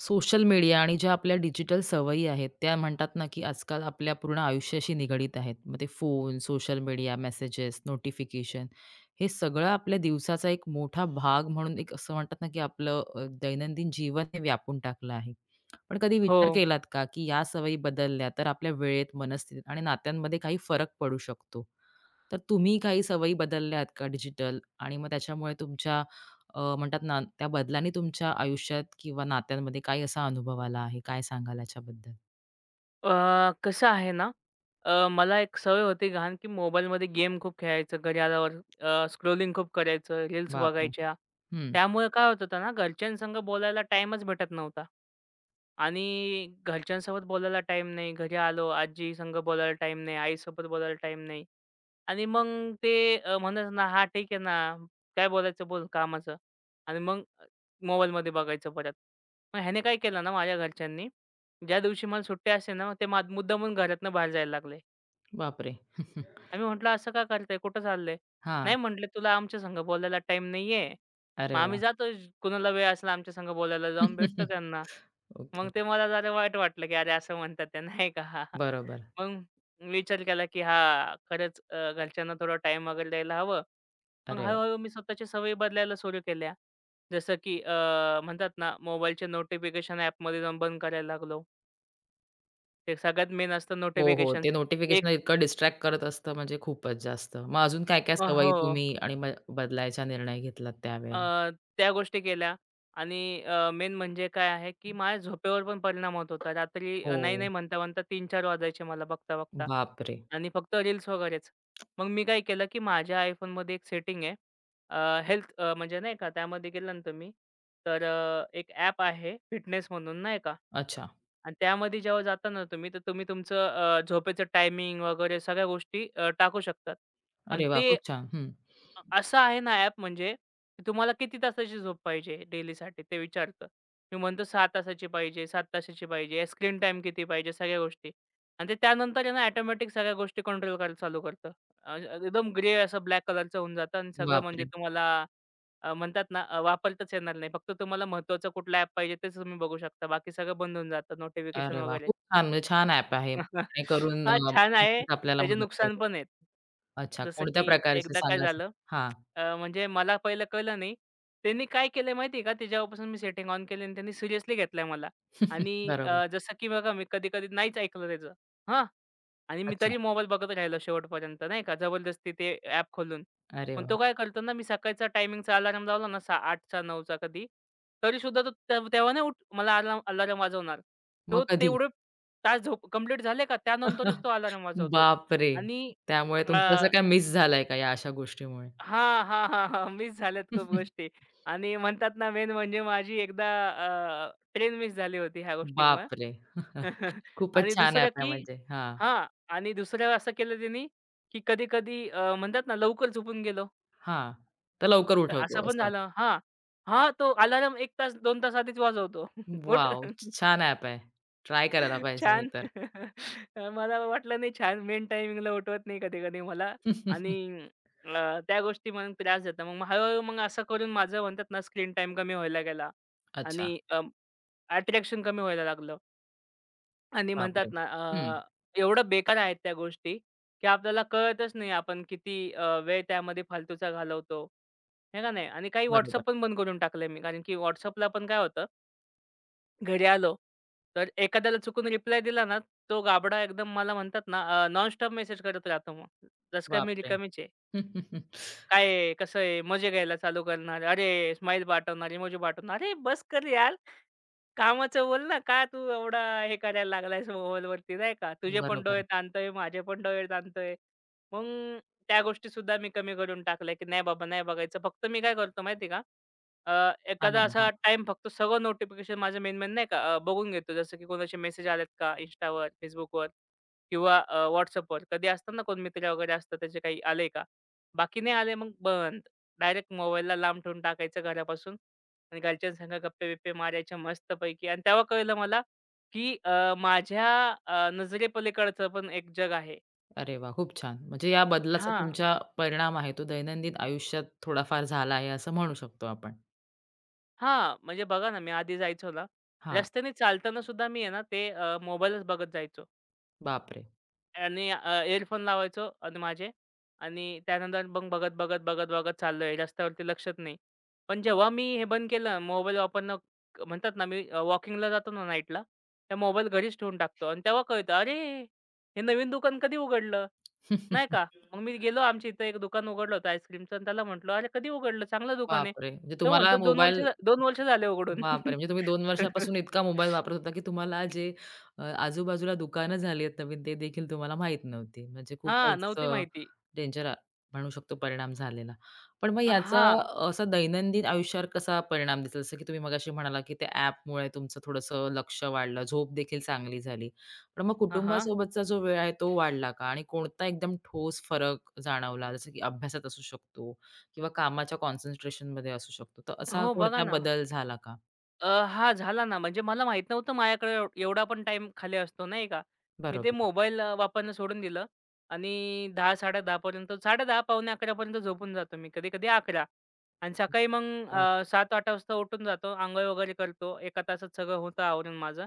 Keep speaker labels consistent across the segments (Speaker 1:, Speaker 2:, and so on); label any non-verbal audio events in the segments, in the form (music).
Speaker 1: Social media आणि ज्या आपल्या डिजिटल सवयी आहेत, त्या म्हणतात ना, की आजकाल आपल्या पूर्ण आयुष्याशी निगडीत आहेत. मग ते phone, social media, messages, notification हे सगळं आपल्या दिवसाचा एक मोठा भाग म्हणून एक असं म्हणतात ना, की आपलं दैनंदिन जीवन हे व्यापून टाकलं आहे. पण कधी विचार
Speaker 2: हो.
Speaker 1: केलात का, की या सवयी बदलल्या तर आपल्या वेळेत, मनस्थितीत आणि नात्यांमध्ये काही फरक पडू शकतो? तर तुम्ही काही सवयी बदलल्या आहेत का डिजिटल आणि मग त्याच्यामुळे तुमच्या म्हणतात ना त्या बदलांनी तुमच्या आयुष्यात किंवा नात्यांमध्ये काही असा अनुभव आला आहे? काय सांगाल याच्याबद्दल?
Speaker 2: अ, कसं आहे ना, मला एक सवय होती घाण, की मोबाईलमध्ये गेम खूप खेळायचं घरी आल्यावर. स्क्रोलिंग खूप करायचं, रील्स
Speaker 1: बापरे!
Speaker 2: बघायच्या.
Speaker 1: हं.
Speaker 2: त्यामुळे काय होत होतं ना, घरच्यांसंग बोलायला टाईमच भेटत नव्हता. आणि घरच्यांसोबत बोलायला टाईम नाही. घरी आलो, आजीसंग बोलायला टाईम नाही, आईसोबत बोलायला टाईम नाही. आणि मग ते म्हणायचं ना, "हां, ठीक आहे ना, काय बोलायचं बोल कामाचं." आणि मग मोबाईलमध्ये बघायचं परत. मग ह्याने काय केलं ना माझ्या घरच्यांनी ज्या दिवशी मला सुट्टी असते ना, ते मुद्दामून घरातनं बाहेर जायला लागले.
Speaker 1: बापरे! (laughs)
Speaker 2: आम्ही म्हटलं, "असं का करताय? कुठं चाललंय?"
Speaker 1: हां.
Speaker 2: "नाही," म्हटले, "तुला आमच्या संग बोलायला टाईम नाहीये." मग
Speaker 1: अरे
Speaker 2: आम्ही
Speaker 1: वा.
Speaker 2: जातो कुणाला वेळ असला आमच्या संग बोलायला जाऊन भेटतो
Speaker 1: (laughs)
Speaker 2: त्यांना. मग
Speaker 1: ओके.
Speaker 2: ते मला जरा वाईट वाटलं, की अरे असं म्हणतात ते नाही का? (laughs)
Speaker 1: बरोबर.
Speaker 2: मग विचार केला, की हां, खरंच घरच्यांना थोडा टाईम वगैरे द्यायला हवं. मग
Speaker 1: अरे वाह!
Speaker 2: हळू मी स्वतःच्या सवयी बदलायला सुरू केल्या. जसं की म्हणतात ना, मोबाईलचे नोटिफिकेशन ॲपमध्ये जाऊन बंद करायला लागलो. ते सगळ्यात मेन असतं
Speaker 1: हो, हो.
Speaker 2: नोटिफिकेशन्स.
Speaker 1: ते नोटिफिकेशन
Speaker 2: एक
Speaker 1: इतकं डिस्ट्रॅक्ट करत असतं म्हणजे खूपच जास्त. मग अजून काय काय सवयी
Speaker 2: हो.
Speaker 1: तुम्ही आणि मग बदलायचा निर्णय घेतलात त्यावेळेला?
Speaker 2: अ, त्या गोष्टी केल्या आणि मेन म्हणजे काय आहे, की माझ्या झोपेवर पण परिणाम होत होता. रात्री
Speaker 1: हो.
Speaker 2: नाही, नाही म्हणता-म्हणता 3-4 वाजायचे मला बघता-बघता
Speaker 1: बापरे!
Speaker 2: आणि फक्त रील्स वगैरेच. मग मी काय केलं, की माझ्या iPhoneमध्ये एक सेटिंग आहे. हेल्थ म्हणजे नाही का त्यामध्ये गेला ना तुम्ही, तर एक ॲप आहे फिटनेस म्हणून नाही का
Speaker 1: अच्छा.
Speaker 2: आणि त्यामध्ये जेव्हा जाता ना तुम्ही, तर तुम्ही तुमचं झोपेचं टायमिंग वगैरे सगळ्या गोष्टी टाकू शकतात आणि
Speaker 1: अरे वाह!
Speaker 2: ते
Speaker 1: खूप छान. हं.
Speaker 2: असं आहे ना ॲप म्हणजे, की तुम्हाला किती तासाची झोप पाहिजे डेलीसाठी ते विचारतं. मी म्हणतो 6 तासाची पाहिजे, 7 तासाची पाहिजे, स्क्रीन टाइम किती पाहिजे, सगळ्या गोष्टी. आणि ते त्यानंतर आहे ना ऑटोमॅटिक सगळ्या गोष्टी कंट्रोल करायला चालू करतं. एकदम ग्रे असं ब्लॅक कलरचं होऊन जातं आणि सगळं
Speaker 1: बापरे!
Speaker 2: म्हणजे तुम्हाला अ, म्हणतात ना अ, वापरताच येणार नाही. फक्त तुम्हाला महत्त्वाचं कुठला ॲप पाहिजे तेच तुम्ही बघू शकता. बाकी सगळं बंद होऊन जातं नोटिफिकेशन
Speaker 1: अरे वाह!
Speaker 2: वगैरे.
Speaker 1: खूप छान म्हणजे छान ॲप आहे.
Speaker 2: (laughs)
Speaker 1: जेणेकरून
Speaker 2: हां, छान आहे.
Speaker 1: नक्कीच आपल्याला
Speaker 2: त्याचे
Speaker 1: मदत
Speaker 2: नुकसान
Speaker 1: करेल.
Speaker 2: पण आहेत.
Speaker 1: अच्छा,
Speaker 2: जसं
Speaker 1: कोणत्या
Speaker 2: की
Speaker 1: प्रकारचे
Speaker 2: एकदा काय
Speaker 1: सांगा? जरा?
Speaker 2: झालं
Speaker 1: हां.
Speaker 2: म्हणजे मला पहिलं कळलं नाही. त्यांनी काय केलंय माहिती आहे का? ते मी सेटिंग ऑन केली आणि त्यांनी सिरियसली घेतलंय मला
Speaker 1: (laughs)
Speaker 2: आणि
Speaker 1: बरोबर.
Speaker 2: जसं की बघा मी कधी-कधी नाहीच ऐकलं त्याचं. हां. आणि मी
Speaker 1: अच्छा.
Speaker 2: तरी मोबाईल बघत राहिलो शेवटपर्यंत नाही का? जबरदस्ती ते ॲप खोलून.
Speaker 1: अरे
Speaker 2: पण
Speaker 1: वाह!
Speaker 2: तो काय करतो ना, मी सकाळचा टायमिंगचा अलार्म लावला ना, 6 8चा 9चा कधी, तरीसुद्धा तो तेव्हा तेव्हा नाही उठ मला अलार्म अलार्म वाजवणार.
Speaker 1: मग
Speaker 2: तो
Speaker 1: कधी?
Speaker 2: तेवढे तास झोप कंप्लीट झाले का त्यानंतरच तो
Speaker 1: (laughs)
Speaker 2: अलार्म वाजवतो
Speaker 1: बापरे!
Speaker 2: आणि
Speaker 1: त्यामुळे
Speaker 2: अ
Speaker 1: तुमचं असं काय मिस झालंय का या अशा गोष्टीमुळे?
Speaker 2: हां, हां, हां, हां. मिस झाल्यात खूप
Speaker 1: (laughs)
Speaker 2: गोष्टी आणि म्हणतात ना मेन म्हणजे माझी एकदा ट्रेन मिस झाली होती ह्या गोष्टीमुळं.
Speaker 1: बापरे!
Speaker 2: (laughs)
Speaker 1: खूपच
Speaker 2: आणि
Speaker 1: छान
Speaker 2: दुसरं
Speaker 1: ॲप आहे
Speaker 2: की
Speaker 1: म्हणजे. हां,
Speaker 2: हां. आणि दुसरं असं केलं त्यांनी की कधी-कधी म्हणतात ना लवकर झोपून गेलो.
Speaker 1: हां. तर लवकर
Speaker 2: तर असं
Speaker 1: उठवतो
Speaker 2: पण
Speaker 1: असं.
Speaker 2: झालं हां. हां, तो अलार्म 1 तास 2 तास आधीच वाजवतो. (laughs) उठ.
Speaker 1: वॉव! छान ॲप आहे. ट्राय करायला पाहिजे हे
Speaker 2: छान.
Speaker 1: तर.
Speaker 2: (laughs) मला वाटलं नाही छान. मेन टायमिंगला उठवत नाही कधी-कधी मला आणि
Speaker 1: (laughs)
Speaker 2: त्या गोष्टी मग त्रास देतात. मग हळू-हळू मग असं करून माझं म्हणतात ना स्क्रीन टाईम कमी व्हायला गेला
Speaker 1: अच्छा.
Speaker 2: आणि अट्रॅक्शन कमी व्हायला लागलं आणि म्हणतात
Speaker 1: बापरे!
Speaker 2: ना
Speaker 1: हं.
Speaker 2: एवढं बेकार आहेत त्या गोष्टी, की आपल्याला कळतच नाही आपण किती वेळ त्यामध्ये फालतूचा घालवतो. हे का नाही आणि काही
Speaker 1: बरोबर.
Speaker 2: WhatsApp पण बंद करून टाकलंय मी कारण की WhatsAppला पण काय होतं घरी आलो, तर एखाद्याला चुकून रिप्लाय दिला ना, तो गाबडा एकदम मला म्हणतात ना, नॉनस्टॉप मेसेज करत राहतो मग. जसं काय मी
Speaker 1: बापरे!
Speaker 2: रिकामीच
Speaker 1: (laughs)
Speaker 2: काय आहे? कसं आहे? मजे घ्यायला चालू करणार. अरे, स्माइल पाठवणार, इमोजी पाठवणार. अरे, बस कर यार. कामाचं बोल ना. का तू एवढा हे करायला लागलायस मोबाईलवरती नाही का? तुझे पण
Speaker 1: बरोबर.
Speaker 2: डोळे ताणतोय, माझे पण डोळे ताणतोय. मग त्या गोष्टीसुद्धा मी कमी करून टाकल्या, की नाही बाबा नाही बघायचं. फक्त मी काय करतो माहिती का?
Speaker 1: सांगा
Speaker 2: एखादा
Speaker 1: ना. हां.
Speaker 2: असा टाईम फक्त सगळं नोटिफिकेशन माझं मेन-मेन नाही का बघून घेतो. जसं की कोणाचे मेसेज आलेत का Instaवर, Facebookवर किंवा कधी असतात ना कोण मित्र वगैरे असतात त्याचे काही आले का? बाकी नाही आले मग बंद. डायरेक्ट मोबाईलला लांब ठेवून टाकायचं घरापासून आणि घरच्यांसंग गप्पे-बिप्पे मारायच्या मस्तपैकी आणि तेव्हा कळलं मला, की माझ्या नजरेपलीकडचं पण एक जग आहे.
Speaker 1: अरे वाह! खूप छान. म्हणजे या बदलाचा
Speaker 2: हां,
Speaker 1: तुमच्या परिणाम आहे तो दैनंदिन आयुष्यात थोडाफार झाला आहे असं म्हणू शकतो आपण.
Speaker 2: हां. म्हणजे बघा ना, मी आधी जायचो ना,
Speaker 1: हां.
Speaker 2: रस्त्याने चालताना सुद्धा मी आहे ना, ते मोबाईलच बघत जायचो.
Speaker 1: बापरे!
Speaker 2: आणि इयरफोन लावायचो आणि माझे आणि त्यानंतर मग बघत, बघत, बघत, बघत चाललोय. रस्त्यावरती लक्षात नाही. पण जेव्हा मी हे बंद केलं मोबाईल वापरणं म्हणतात ना, मी वॉकिंगला जातो ना नाईटला, तर मोबाईल घरीच ठेवून टाकतो आणि तेव्हा कळतं, "अरे! हे नवीन दुकान कधी उघडलं?" नाही का. मग
Speaker 1: (laughs)
Speaker 2: मी गेलो आमच्या इथं एक दुकान उघडलं होतं आईस्क्रीमचं आणि त्याला म्हटलं, "अरे कधी उघडलं? चांगलं दुकान आहे."
Speaker 1: बापरे! म्हणजे
Speaker 2: तो
Speaker 1: तुम्हाला
Speaker 2: म्हणतो, "2 वर्ष
Speaker 1: मोबाईल.
Speaker 2: 2 वर्ष झाले उघडून."
Speaker 1: बापरे! म्हणजे तुम्ही 2
Speaker 2: (laughs)
Speaker 1: वर्षापासून इतका मोबाईल वापरत होता, की तुम्हाला जे आजूबाजूला दुकानं झाली आहेत नवीन, ते देखील तुम्हाला माहीत नव्हती. म्हणजे
Speaker 2: हां,
Speaker 1: खूपच
Speaker 2: नव्हती माहिती.
Speaker 1: डेंजर म्हणू शकतो परिणाम झालेला. पण मग याचा
Speaker 2: हां.
Speaker 1: असा दैनंदिन आयुष्यावर कसा परिणाम दिसला? जसं की तुम्ही मगाशी म्हणाला, की त्या ॲपमुळे तुमचं थोडंसं लक्ष वाढलं, झोप देखील चांगली झाली. पण मग
Speaker 2: हां, हां.
Speaker 1: कुटुंबासोबतचा जो वेळ आहे तो वाढला का? आणि कोणता एकदम ठोस फरक जाणवला? जसं की अभ्यासात असू शकतो किंवा कामाच्या कॉन्सन्ट्रेशनमध्ये असू शकतो. तर असा
Speaker 2: हो, बघा
Speaker 1: कोणता
Speaker 2: ना.
Speaker 1: बदल झाला का?
Speaker 2: अ, हां, झाला ना. म्हणजे मला माहीत नव्हतं माझ्याकडे एवढा पण टाइम खाली असतो, नाही का. मी ते
Speaker 1: बरोबर.
Speaker 2: मोबाईल वापरणं सोडून दिलं आणि 10:00-10:30 पर्यंत 10:30 पावणे 11 पर्यंत झोपून जातो मी. कधी-कधी 11 आणि सकाळी मग
Speaker 1: बाप.
Speaker 2: 7-8 वाजता उठून जातो. अंघोळ वगैरे करतो. एका तासात सगळं होतं आवरून माझं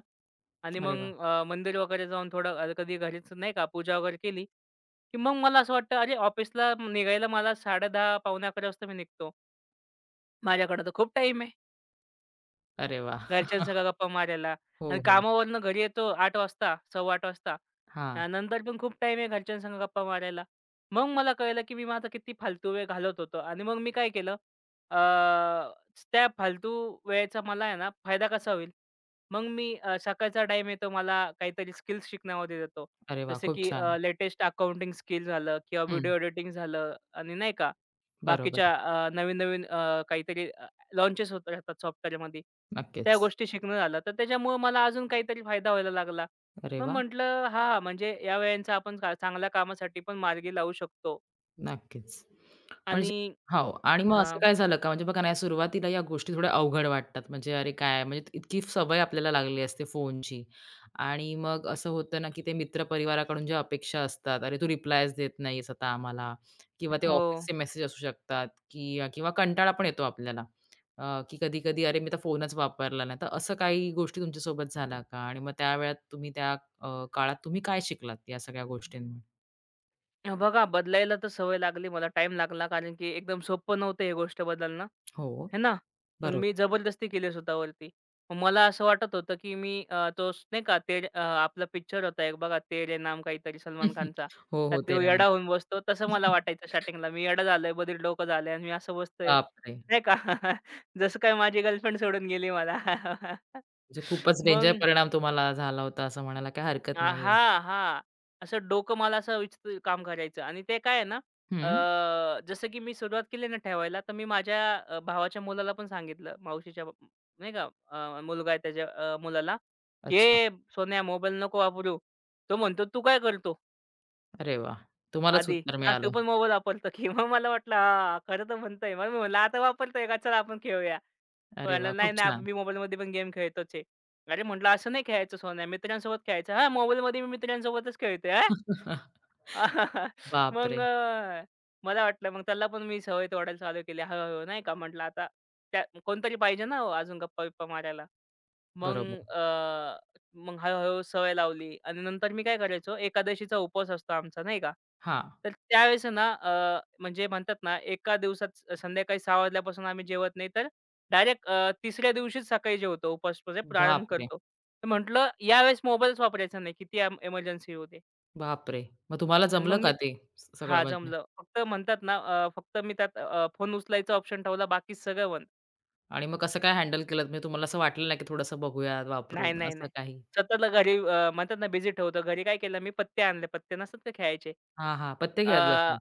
Speaker 2: आणि
Speaker 1: अरे वा.
Speaker 2: मग मंदिर वगैरे जाऊन थोडं कधी घरीच नाही का पूजा वगैरे केली, की मग मला असं वाटतं, अरे ऑफिसला निघायला मला 10:30 पावणे 11 वाजता मी निघतो. माझ्याकडे तर खूप टाईम आहे.
Speaker 1: अरे वा.
Speaker 2: घरच्यांसंग
Speaker 1: (laughs)
Speaker 2: गप्पा मारायला
Speaker 1: हो,
Speaker 2: आणि
Speaker 1: हो.
Speaker 2: कामावरनं घरी येतो 8:00 वाजता, 8:15 वाजता.
Speaker 1: हां.
Speaker 2: त्यानंतर पण खूप टाईम आहे घरच्यांसंग गप्पा मारायला. मग मला कळलं, की मी माझा किती फालतू वेळ घालवत होतो आणि मग मी काय केलं अ, त्या फालतू वेळेचा मला आहे ना फायदा कसा होईल? मग मी सकाळचा टाईम येतो मला काहीतरी स्किल्स शिकण्यामध्ये देतो.
Speaker 1: अरे वा,
Speaker 2: जसे
Speaker 1: खूप
Speaker 2: की
Speaker 1: छान.
Speaker 2: लेटेस्ट अकाउंटिंग स्किल झालं किंवा
Speaker 1: हं.
Speaker 2: व्हिडिओ एडिटिंग झालं आणि नाही का
Speaker 1: बरोबर.
Speaker 2: बाकीच्या नवीन-नवीन काहीतरी लॉन्चेस होत राहतात सॉफ्टवेअरमध्ये. त्या
Speaker 1: नक्कीच.
Speaker 2: गोष्टी शिकणं झालं. तर त्याच्यामुळे मला अजून काहीतरी फायदा व्हायला लागला.
Speaker 1: अरे
Speaker 2: मग
Speaker 1: वा.
Speaker 2: म्हटलं हां, म्हणजे या वेळेचा आपण चांगल्या कामासाठी पण मार्गी लावू शकतो
Speaker 1: नक्कीच. म्हणजे
Speaker 2: आणि
Speaker 1: हो आणि मग असं
Speaker 2: हां.
Speaker 1: काय झालं का? म्हणजे बघा ना, या सुरुवातीला या गोष्टी थोड्या अवघड वाटतात. म्हणजे अरे काय, म्हणजे इतकी सवय आपल्याला लागलेली असते फोनची आणि मग असं होतं ना, की ते मित्रपरिवाराकडून ज्या अपेक्षा असतात, "अरे, तू रिप्लायच देत नाहीस आता आम्हाला" किंवा ते
Speaker 2: हो.
Speaker 1: ऑफिसचे मेसेज असू शकतात की किंवा कंटाळा पण येतो आपल्याला की कधी-कधी, "अरे, मी तर फोनच वापरला नाही." तर असं काही गोष्टी तुमच्यासोबत झाल्या का? आणि मग त्या वेळात तुम्ही त्या काळात तुम्ही काय शिकलात या सगळ्या गोष्टींमधून?
Speaker 2: बघा बदलायला तर सवय लागली मला टाइम लागला कारण की एकदम सोपं नव्हतं हे गोष्ट बदलणं,
Speaker 1: हो,
Speaker 2: है ना? पण
Speaker 1: बरोबर.
Speaker 2: मी जबरदस्ती केली स्वतःवरती. मग मला असं वाटत होतं, की मी तो नाही का ते आपला पिक्चर होता एक बघा तेरे नाम काहीतरी सलमान
Speaker 1: (laughs)
Speaker 2: खानचा.
Speaker 1: हो,
Speaker 2: त्यात
Speaker 1: हो. ते
Speaker 2: तो
Speaker 1: ना.
Speaker 2: येडा होऊन बसतो तसं मला वाटायचं स्टार्टिंगला. मी येडा झालोय, बधीर डोकं झालंय आणि मी असं बसतोय,
Speaker 1: बापरे!
Speaker 2: नाही का? (laughs) जसं काय माझी गर्लफ्रेंड सोडून गेली मला. (laughs)
Speaker 1: म्हणजे खूपच डेंजर
Speaker 2: मग
Speaker 1: परिणाम तुम्हाला झाला होता असं म्हणायला काही हरकत नाहीये.
Speaker 2: हां, हां. असं डोकं मला असं विचित्र काम करायचं आणि ते काय आहे ना,
Speaker 1: हं.
Speaker 2: जसं की मी सुरुवात केली ना ठेवायला, तर मी माझ्या भावाच्या मुलाला पण सांगितलं, नाही का मुलगा आहे त्याच्या मुलाला,
Speaker 1: अच्छा.
Speaker 2: की सोन्या मोबाईल नको वापरू." तो म्हणतो, "तू काय करतो
Speaker 1: अरे वाह! तुम्हालाच
Speaker 2: आधी?
Speaker 1: उत्तर
Speaker 2: हां, तू
Speaker 1: मिळालं.
Speaker 2: पण मोबाईल वापरतो (laughs) की?" मग मला वाटलं हां, खरं तर म्हणतोय. मग मी म्हणलं, "आता वापरतोय का? चला आपण खेळूया." तो
Speaker 1: अरे
Speaker 2: म्हणाला,
Speaker 1: वाह!
Speaker 2: "नाही,
Speaker 1: खूप
Speaker 2: नाही
Speaker 1: छान.
Speaker 2: मी मोबाईलमध्ये पण गेम खेळतोच आहे." अरे म्हटलं, "असं नाही खेळायचं सोन्या, मित्रांसोबत खेळायचं." "हां, मोबाईलमध्ये मी मित्रांसोबतच खेळतोय."
Speaker 1: (laughs)
Speaker 2: (laughs) मग
Speaker 1: बापरे!
Speaker 2: मला वाटलं मग त्याला पण मी सवय तोडायला चालू केली हळू-हळू नाही का. म्हटलं आता त्या कोणतरी पाहिजे ना हो अजून गप्पा-बिप्पा मारायला. मग
Speaker 1: बरोबर.
Speaker 2: अ, मग हळू सवय लावली आणि नंतर मी काय करायचो एकादशीचा उपवास असतो आमचा नाही का.
Speaker 1: हां.
Speaker 2: तर त्यावेळेस ना म्हणजे म्हणतात ना एका दिवसात संध्याकाळी 6:00 वाजल्यापासून आम्ही जेवत नाही तर डायरेक्ट तिसऱ्या दिवशीच सकाळी जेवतो उपवास म्हणजे प्रारंभ
Speaker 1: बापरे!
Speaker 2: करतो. तर म्हटलं यावेळेस मोबाईलच वापरायचा नाही किती एमर्जन्सी येऊ
Speaker 1: बापरे! मग तुम्हाला
Speaker 2: आणि
Speaker 1: जमलं
Speaker 2: मग
Speaker 1: का
Speaker 2: मी
Speaker 1: ते सगळं
Speaker 2: हां,
Speaker 1: म्हणजे?
Speaker 2: जमलं. फक्त म्हणतात ना फक्त मी त्यात फोन उचलायचा ऑप्शन ठेवला. बाकी सगळं बंद.
Speaker 1: आणि मग कसं काय हँडल केलत? म्हणजे तुम्हाला असं वाटलं नाही की थोडंसं बघूयात,
Speaker 2: नाही,
Speaker 1: वापरून
Speaker 2: नाही,
Speaker 1: असं
Speaker 2: नाही.
Speaker 1: काही?
Speaker 2: स्वतःला घरी म्हणतात ना बिझी ठेवतो. घरी काय केलं मी पत्ते आणले. पत्ते नसतात का खेळायचे?
Speaker 1: हां, हां. पत्ते खेळत बसलात.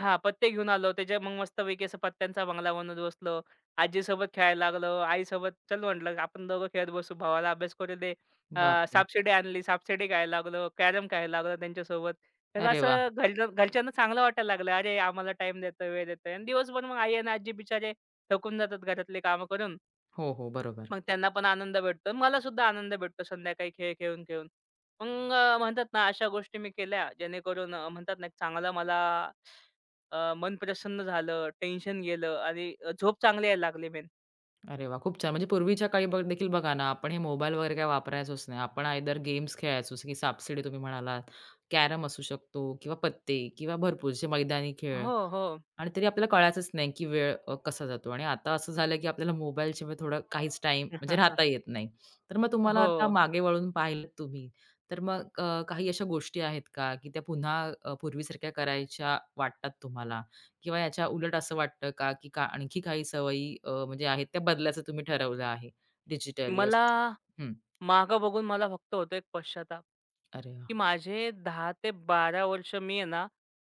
Speaker 2: हां, पत्ते घेऊन आलो. त्याच्या मग मस्तपैकी असं पत्त्यांचा बंगला बनवत बसलो. आजीसोबत खेळायला लागलो. आईसोबत चल म्हटलं आपण दोघं खेळत बसू. भावाला अभ्यास करू दे.
Speaker 1: बापरे!
Speaker 2: सापशिडी आणली. सापशिडी खेळायला लागलो. कॅरम खेळायला लागलो त्यांच्यासोबत. तर
Speaker 1: अरे वाह!
Speaker 2: असं घरच्या घरच्यांना चांगलं वाटायला लागलं. अरे, आम्हाला टाईम देतोय, वेळ देतोय आणि दिवसभर मग आई आणि आजी बिचारे थकून जातात घरातले कामं करून.
Speaker 1: हो, हो. बरोबर.
Speaker 2: मग त्यांना पण आनंद भेटतो. मला सुद्धा आनंद भेटतो संध्याकाळी खेळ खेळून, खेळून. मग म्हणतात ना अशा गोष्टी मी केल्या जेणेकरून म्हणतात ना, एक चांगला मला मन प्रसन्न झालं, टेन्शन गेलं आणि झोप चांगली यायला लागली मेन.
Speaker 1: अरे वा, खूप छान. म्हणजे पूर्वीच्या काळी बघ देखील बघा ना, आपण हे मोबाईल वगैरे काही वापरायचोच नाही. आपण आयदर गेम्स खेळायचो, जसं की सापशिडी तुम्ही म्हणालात, कॅरम असू शकतो किंवा पत्ते किंवा भरपूर जे मैदानी खेळ.
Speaker 2: हो, हो.
Speaker 1: आणि तरी आपल्याला कळायचंच नाही, की वेळ कसा जातो आणि आता असं झालं, की आपल्याला मोबाईलशिवाय थोडा काहीच टाईम म्हणजे राहता
Speaker 2: (laughs)
Speaker 1: येत नाही. तर मग तुम्हाला
Speaker 2: हो.
Speaker 1: आता मागे वळून पाहिलत तुम्ही, तर मग काही अशा गोष्टी आहेत का, की त्या पुन्हा पूर्वीसारख्या करायच्या वाटतात तुम्हाला? किंवा याच्या उलट असं वाटतं का, की का आणखी काही सवयी म्हणजे आहेत त्या बदलायचं तुम्ही ठरवलं आहे. डिजिटली
Speaker 2: मला
Speaker 1: असू शक- हं.
Speaker 2: मागं बघून मला फक्त होतो एक पश्चाताप,
Speaker 1: अरे वाह!
Speaker 2: की माझे 10 ते 12 वर्ष मी आहे ना,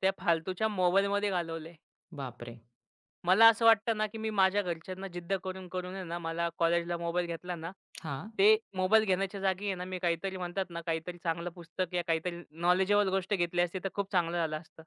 Speaker 2: त्या फालतूच्या मोबाईलमध्ये घालवले.
Speaker 1: बापरे!
Speaker 2: मला असं वाटतं ना, की मी माझ्या घरच्यांना जिद्द करून, करून आहे ना, मला कॉलेजला मोबाईल घेतला ना,
Speaker 1: हां.
Speaker 2: ते मोबाईल घेण्याच्या जागी आहे ना, मी काहीतरी म्हणतात ना, काहीतरी चांगलं पुस्तक या काहीतरी नॉलेजेबल गोष्ट घेतली असती, तर खूप चांगलं झालं असतं.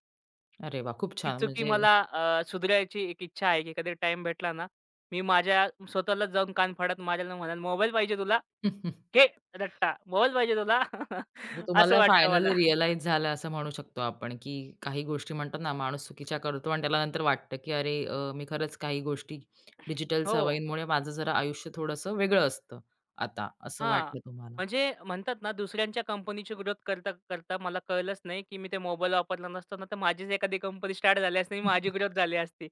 Speaker 1: अरे वाह! खूप
Speaker 2: ती
Speaker 1: छान
Speaker 2: चुकी
Speaker 1: म्हणजे.
Speaker 2: मला सुधारायची एक इच्छा आहे, की कधी टाईम भेटला ना, मी माझ्या स्वतःलाच जाऊन कान फाडत माझ्याला म्हणाल, "मोबाईल पाहिजे तुला?
Speaker 1: (laughs)
Speaker 2: घे रट्टा. मोबाईल पाहिजे तुला?" (laughs)
Speaker 1: म्हणजे तुम्हाला
Speaker 2: असं वाटतं मला.
Speaker 1: फायनली रिअलाईज झालं असं म्हणू शकतो आपण, की काही गोष्टी म्हणतात ना, माणूस चुकीच्या करतो आणि त्याला नंतर वाटतं, की "अरे, मी खरंच काही गोष्टी डिजिटल
Speaker 2: हो.
Speaker 1: सवयींमुळे माझं जरा आयुष्य थोडंसं वेगळं असतं आता," असं
Speaker 2: हां.
Speaker 1: वाटलं तुम्हाला.
Speaker 2: म्हणजे म्हणतात ना, दुसऱ्यांच्या कंपनीची ग्रोथ करता, करता मला कळलंच नाही, की मी ते मोबाईल वापरला नसतो ना, तर माझीच एखादी कंपनी स्टार्ट झाली असती माझी
Speaker 1: (laughs)
Speaker 2: ग्रोथ झाली असती.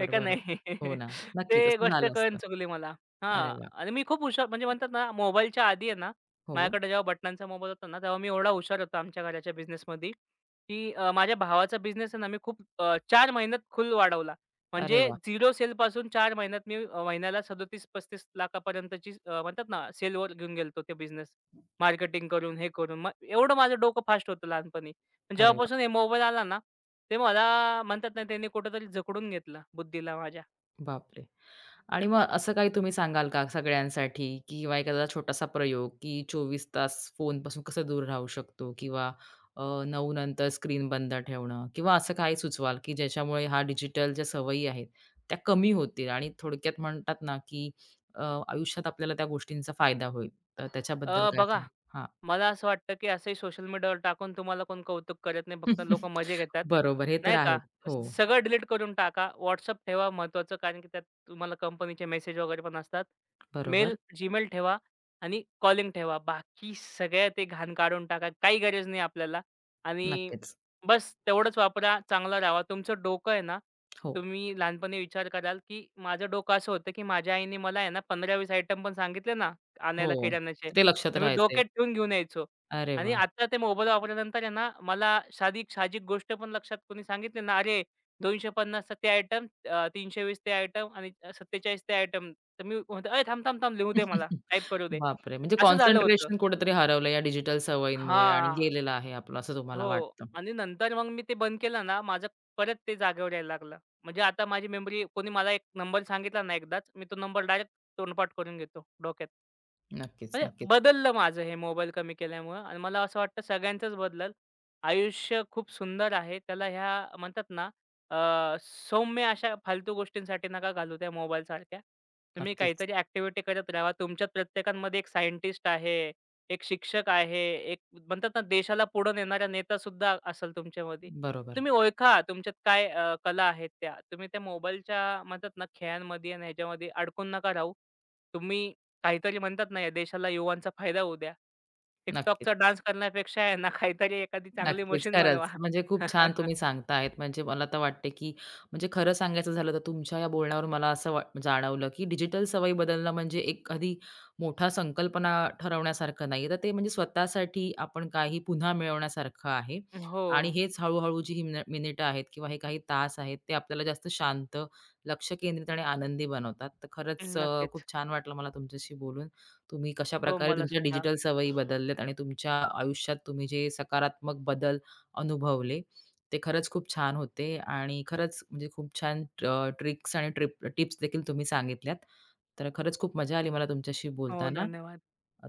Speaker 2: आहे का
Speaker 1: बरोबर.
Speaker 2: नाही?
Speaker 1: हो
Speaker 2: (laughs)
Speaker 1: ना. नक्कीच
Speaker 2: ते
Speaker 1: असं
Speaker 2: गोष्ट
Speaker 1: झालं
Speaker 2: कळून
Speaker 1: असतं.
Speaker 2: चुकली मला.
Speaker 1: अरे
Speaker 2: हां.
Speaker 1: वाह!
Speaker 2: आणि मी खूप हुशार म्हणजे म्हणतात ना, मोबाईलच्या आधी आहे ना,
Speaker 1: हो.
Speaker 2: माझ्याकडे जेव्हा बटणांचा मोबाईल होता ना, तेव्हा मी एवढा हुशार होतो आमच्या घराच्या बिझनेसमध्ये, की माझ्या भावाचा बिझनेस आहे ना, मी खूप 4 महिन्यात खूल वाढवला.
Speaker 1: अरे
Speaker 2: म्हणजे
Speaker 1: वाह!
Speaker 2: झिरो सेलपासून 4 महिन्यात मी महिन्याला 37-35 लाखापर्यंतची म्हणतात ना सेलवर घेऊन गेलो तो बिझनेस. मार्केटिंग करून, हे करून. मग एवढं माझं डोकं फास्ट होतं लहानपणी. पण
Speaker 1: अरे वाह!
Speaker 2: जेव्हापासून हे मोबाईल आला ना, ते मला म्हणतात ना त्यांनी कुठेतरी जखडून घेतलं बुद्धीला माझ्या.
Speaker 1: बापरे! आणि मग असं काही तुम्ही सांगाल का सगळ्यांसाठी की किंवा एखादा छोटासा प्रयोग, की 24 तास फोनपासून कसं दूर राहू शकतो किंवा 9 नंतर स्क्रीन बंद ठेवणं किंवा असं काही सुचवाल, की ज्याच्यामुळे ह्या डिजिटल ज्या सवयी आहेत, त्या कमी होतील आणि थोडक्यात म्हणतात ना, की अ, आयुष्यात आपल्याला त्या गोष्टींचा फायदा होईल. तर त्याच्याबद्दल काय
Speaker 2: बघा,
Speaker 1: सांगाल? हां.
Speaker 2: मला असं वाटतं, की असंही सोशल मीडियावर टाकून तुम्हाला कोण कौतुक करत नाही. फक्त लोकं मजे
Speaker 1: (laughs)
Speaker 2: घेतात,
Speaker 1: बरोबर. हे तर
Speaker 2: नाही का?
Speaker 1: आहेत.
Speaker 2: तर
Speaker 1: हो.
Speaker 2: सगळं डिलीट करून टाका. WhatsApp ठेवा महत्त्वाचं, कारण की त्यात तुम्हाला कंपनीचे मेसेज वगैरे पण असतात.
Speaker 1: बरोबर.
Speaker 2: मेल, जीमेल ठेवा आणि कॉलिंग ठेवा. बाकी सगळ्या ते घाण काढून टाका. काही गरज नाही आपल्याला आणि
Speaker 1: नक्कीच.
Speaker 2: बस तेवढंच वापरा, चांगला राहावा. तुमचं डोकं आहे ना,
Speaker 1: हो.
Speaker 2: तुम्ही लहानपणी विचार कराल, की माझं डोकं असं होतं, की माझ्या आईने मला आहे ना 15-20 आयटम पण सांगितले ना आणायला
Speaker 1: हो.
Speaker 2: किराण्याचे.
Speaker 1: ते लक्षात
Speaker 2: तर मी
Speaker 1: राहायचंय.
Speaker 2: डोक्यात ठेवून घेऊन यायचो.
Speaker 1: अरे
Speaker 2: आणि
Speaker 1: वाह!
Speaker 2: आता ते मोबाईल वापरल्यानंतर आहे ना, मला साधिक साहजिक गोष्ट पण लक्षात कोणी सांगितली ना, "अरे 250चा ते आयटम, 320 ते आयटम आणि 47 ते आयटम." तर मी म्हणतो, "अय थांब, थांब, थांब लिहू दे मला,
Speaker 1: (laughs)
Speaker 2: टाइप करू दे."
Speaker 1: बापरे! म्हणजे
Speaker 2: असं झालं होतं.
Speaker 1: कॉन्सन्ट्रेशन कुठेतरी हरवलं या डिजिटल सवयींमुळे आणि
Speaker 2: हां.
Speaker 1: गेलेलं आहे आपलं असं तुम्हाला
Speaker 2: हो.
Speaker 1: वाटतं.
Speaker 2: आणि नंतर मग मी ते बंद केलं ना, माझं परत ते जागेवर यायला लागलं. म्हणजे आता माझी मेमरी कोणी मला एक नंबर सांगितला ना एकदाच, मी तो नंबर डायरेक्ट तोंडपाठ करून घेतो डोक्यात.
Speaker 1: नक्कीच,
Speaker 2: म्हणजे
Speaker 1: नक्कीच,
Speaker 2: बदललं माझं हे मोबाईल कमी केल्यामुळं आणि मला असं वाटतं सगळ्यांचंच बदलल. आयुष्य खूप सुंदर आहे. त्याला ह्या म्हणतात ना सौम्य अशा फालतू गोष्टींसाठी नका घालू त्या मोबाईलसारख्या. तुम्ही
Speaker 1: नक्कीच.
Speaker 2: काहीतरी ॲक्टिव्हिटी करत राहावा. तुमच्यात प्रत्येकामध्ये एक सायंटिस्ट आहे, एक शिक्षक आहे, एक म्हणतात ना देशाला पुढे नेणारा नेतासुद्धा असेल तुमच्यामध्ये.
Speaker 1: बरोबर.
Speaker 2: तुम्ही ओळखा तुमच्यात काय कला आहेत त्या. तुम्ही त्या मोबाईलच्या म्हणतात ना खेळांमध्ये आणि ह्याच्यामध्ये अडकून नका राहू. तुम्ही काहीतरी म्हणतात ना, या देशाला युवांचा फायदा होऊ द्या. TikTokचा
Speaker 1: नक्कीच.
Speaker 2: डान्स करण्यापेक्षा आहे ना, काहीतरी एखादी चांगली
Speaker 1: नक्कीच,
Speaker 2: मशीन बनवा.
Speaker 1: खरंच. म्हणजे खूप छान
Speaker 2: (laughs)
Speaker 1: तुम्ही सांगताहेत. म्हणजे मला तर वाटते, की म्हणजे खरं सांगायचं झालं तर तुमच्या या बोलण्यावरून मला असं जाणवलं, की डिजिटल सवयी बदलणं म्हणजे एखादी मोठा संकल्पना ठरवण्यासारखं नाहीये. तर ते म्हणजे स्वतःसाठी आपण काही पुन्हा मिळवण्यासारखं आहे.
Speaker 2: हो,
Speaker 1: आणि हेच हळू जी ही मिनिटं आहेत किंवा हे काही तास आहेत, ते आपल्याला जास्त शांत, लक्ष केंद्रित आणि आनंदी बनवतात. तर खरंच खूप
Speaker 2: नक्कीच.
Speaker 1: छान वाटलं मला तुमच्याशी बोलून. तुम्ही कशा
Speaker 2: हो,
Speaker 1: प्रकारे
Speaker 2: मला
Speaker 1: तुमच्या
Speaker 2: सुद्धा.
Speaker 1: डिजिटल सवयी बदलल्यात आणि तुमच्या आयुष्यात तुम्ही जे सकारात्मक बदल अनुभवले, ते खरंच खूप छान होते आणि खरंच म्हणजे खूप छान ट्रिक्स आणि टिप्स देखील तुम्ही सांगितल्यात. तर खरंच खूप मजा आली मला तुमच्याशी
Speaker 2: हो,
Speaker 1: बोलताना.
Speaker 2: धन्यवाद.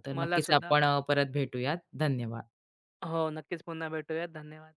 Speaker 1: तर
Speaker 2: मला
Speaker 1: नक्कीच
Speaker 2: सुद्धा.
Speaker 1: आपण परत भेटूयात. धन्यवाद.
Speaker 2: हो, नक्कीच पुन्हा भेटूयात. धन्यवाद.